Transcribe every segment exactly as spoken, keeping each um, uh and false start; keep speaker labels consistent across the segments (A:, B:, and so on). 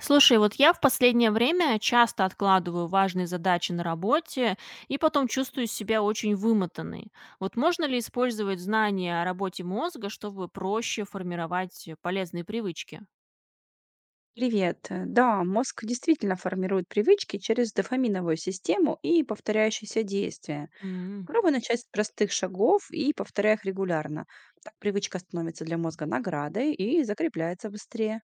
A: Слушай, вот я в последнее время часто откладываю важные задачи на работе и потом чувствую себя очень вымотанной. Вот можно ли использовать знания о работе мозга, чтобы проще формировать э, полезные привычки?
B: Привет. Э, Да, мозг действительно формирует привычки через дофаминовую систему и повторяющиеся действия.
A: М.
B: Попробуй начать с простых шагов и повторяй их регулярно. Так привычка становится для мозга наградой и закрепляется быстрее.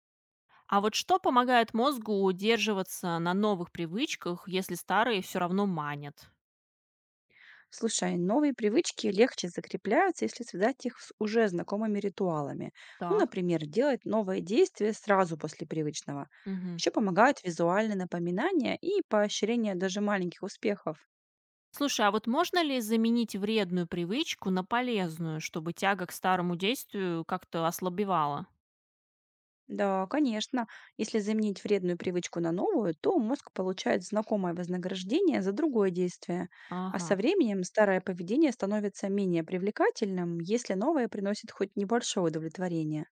A: А вот что помогает мозгу удерживаться на новых привычках, если старые все равно манят?
B: Слушай, новые привычки легче закрепляются, если связать их с уже знакомыми ритуалами. Ну,
A: Так.
B: например, делать новое действие сразу после привычного.
A: Мгм.
B: Еще помогают визуальные напоминания и поощрение даже маленьких успехов.
A: Слушай, а вот можно ли заменить вредную привычку на полезную, чтобы тяга к старому действию как-то ослабевала?
B: Да, конечно. Если заменить вредную привычку на новую, то мозг получает знакомое вознаграждение за другое действие. А
A: Ага.
B: со временем старое поведение становится менее привлекательным, если новое приносит хоть небольшое удовлетворение.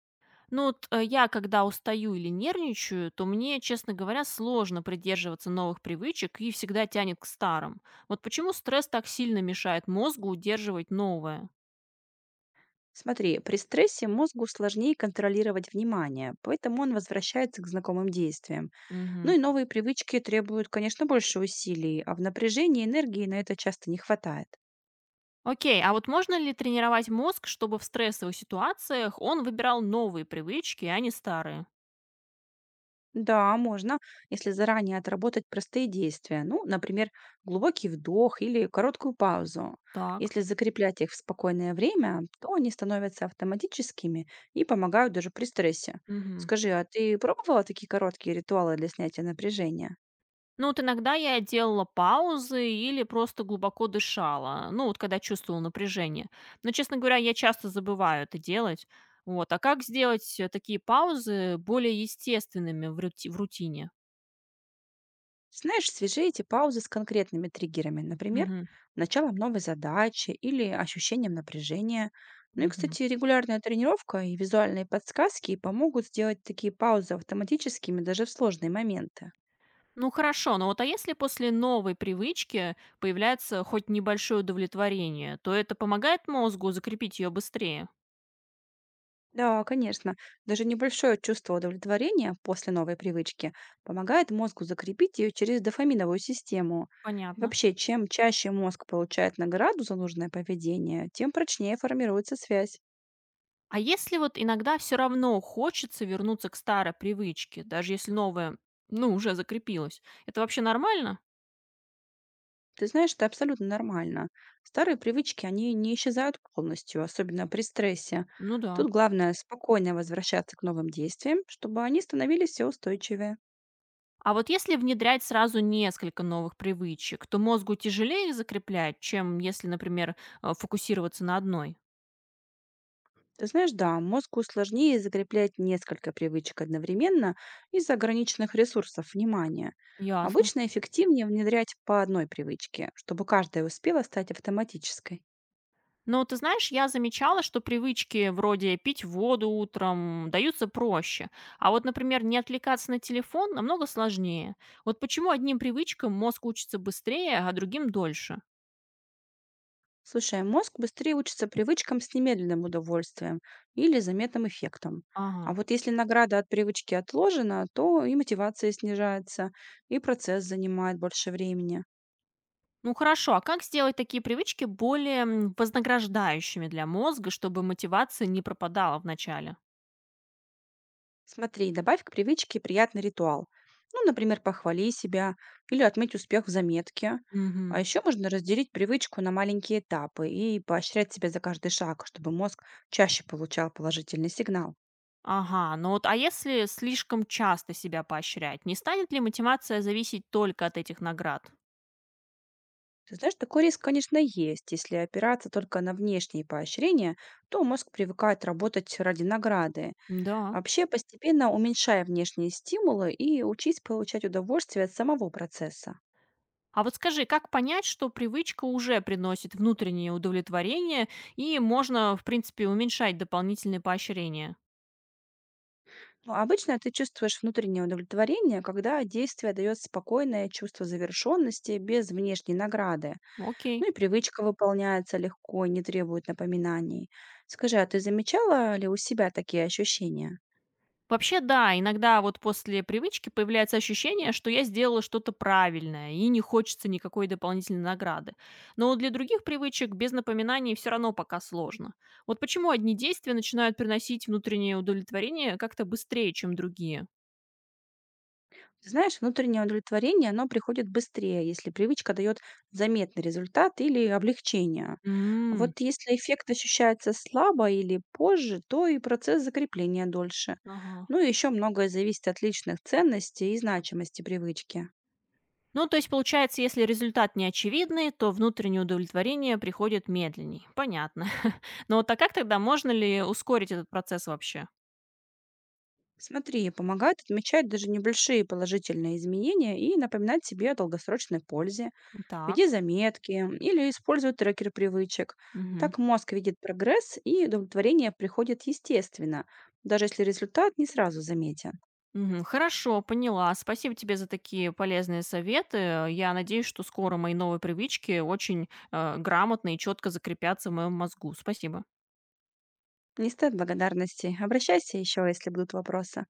A: Ну вот, э, я когда устаю или нервничаю, то мне, честно говоря, сложно придерживаться новых привычек и всегда тянет к старым. Вот почему стресс так сильно мешает мозгу удерживать новое?
B: Смотри, при стрессе мозгу сложнее контролировать внимание, поэтому он возвращается к знакомым действиям. Ну
A: Мгм.
B: и новые привычки требуют, конечно, больше усилий, а в напряжении энергии на это часто не хватает.
A: Окей, а вот можно ли тренировать мозг, чтобы в стрессовых ситуациях он выбирал новые привычки, а не старые?
B: Да, можно, если заранее отработать простые действия. Ну, например, глубокий вдох или короткую паузу.
A: Так.
B: Если закреплять их в спокойное время, то они становятся автоматическими и помогают даже при стрессе.
A: Мгм.
B: Скажи, а ты пробовала такие короткие ритуалы для снятия напряжения?
A: Ну вот иногда я делала паузы или просто глубоко дышала, ну вот когда чувствовала напряжение. Но, честно говоря, я часто забываю это делать. Вот. А как сделать э, такие паузы более естественными в, рути- в рутине?
B: Знаешь, свяжи эти паузы с конкретными триггерами, например,
A: Мгм.
B: началом новой задачи или ощущением напряжения. Ну и,
A: Мгм.
B: кстати, регулярная тренировка и визуальные подсказки помогут сделать такие паузы автоматическими даже в сложные моменты.
A: Ну хорошо, но вот а если после новой привычки появляется хоть небольшое удовлетворение, то это помогает мозгу закрепить ее быстрее?
B: Да, конечно, даже небольшое чувство удовлетворения после новой привычки помогает мозгу закрепить ее через дофаминовую систему. И
A: Понятно.
B: вообще, чем чаще мозг получает награду за нужное поведение, тем прочнее формируется связь.
A: А если вот иногда все равно хочется вернуться к старой привычке, даже если новая, ну, уже закрепилась, это вообще нормально?
B: Ты знаешь, это абсолютно нормально. Старые привычки, они не исчезают полностью, особенно при стрессе.
A: Ну да.
B: Тут главное спокойно возвращаться к новым действиям, чтобы они становились все устойчивее.
A: А вот если внедрять сразу несколько новых привычек, то мозгу тяжелее их закреплять, чем если, например, э, фокусироваться на одной?
B: Ты знаешь, да, мозгу сложнее закреплять несколько привычек одновременно из-за ограниченных ресурсов внимания.
A: Ясно.
B: Обычно эффективнее внедрять по одной привычке, чтобы каждая успела стать автоматической.
A: Но ты знаешь, я замечала, что привычки вроде пить воду утром даются проще, а вот, например, не отвлекаться на телефон намного сложнее. Вот почему одним привычкам мозг учится быстрее, а другим дольше?
B: Слушай, мозг быстрее учится привычкам с немедленным удовольствием или заметным эффектом. А
A: Ага.
B: вот если награда от привычки отложена, то и мотивация снижается, и процесс занимает больше времени.
A: Ну хорошо, а как сделать такие привычки более м, вознаграждающими для мозга, чтобы мотивация не пропадала в начале?
B: Смотри, добавь к привычке приятный ритуал. Ну, например, похвали себя или отметь успех в заметке. А
A: Мгм.
B: еще можно разделить привычку на маленькие этапы и поощрять себя за каждый шаг, чтобы мозг чаще получал положительный сигнал.
A: Ага, ну вот, а если слишком часто себя поощрять, не станет ли мотивация зависеть только от этих наград?
B: Ты знаешь, такой риск, конечно, есть. Если опираться только на внешние поощрения, то мозг привыкает работать ради награды.
A: Да.
B: Вообще, постепенно уменьшая внешние стимулы и учись получать удовольствие от самого процесса.
A: А вот скажи, как понять, что привычка уже приносит внутреннее удовлетворение и можно, в принципе, уменьшать дополнительные поощрения?
B: Но обычно ты чувствуешь внутреннее удовлетворение, когда действие дает спокойное чувство завершенности без внешней награды.
A: Окей.
B: Ну и привычка выполняется легко и не требует напоминаний. Скажи, а ты замечала ли у себя такие ощущения?
A: Вообще, да, иногда вот после привычки появляется ощущение, что я сделала что-то правильное, и не хочется никакой дополнительной награды. Но для других привычек без напоминаний все равно пока сложно. Вот почему одни действия начинают приносить внутреннее удовлетворение как-то быстрее, чем другие?
B: Ты знаешь, внутреннее удовлетворение, оно приходит быстрее, если привычка дает заметный результат или облегчение.
A: М,
B: Вот если эффект ощущается слабо или позже, то и процесс закрепления дольше.
A: Ага.
B: Ну и еще многое зависит от личных ценностей и значимости привычки.
A: Ну, то есть, получается, если результат не очевидный, то внутреннее удовлетворение приходит медленней. Понятно. Но вот а как тогда можно ли ускорить этот процесс вообще?
B: Смотри, помогает отмечать даже небольшие положительные изменения и напоминать себе о долгосрочной пользе.
A: Так.
B: Веди заметки или используй трекер привычек.
A: Мгм.
B: Так мозг видит прогресс, и удовлетворение приходит естественно, даже если результат не сразу заметен.
A: Мгм. Хорошо, поняла. Спасибо тебе за такие полезные советы. Я надеюсь, что скоро мои новые привычки очень э, грамотно и четко закрепятся в моем мозгу. Спасибо.
B: Не стоит благодарности. Обращайся еще, если будут вопросы.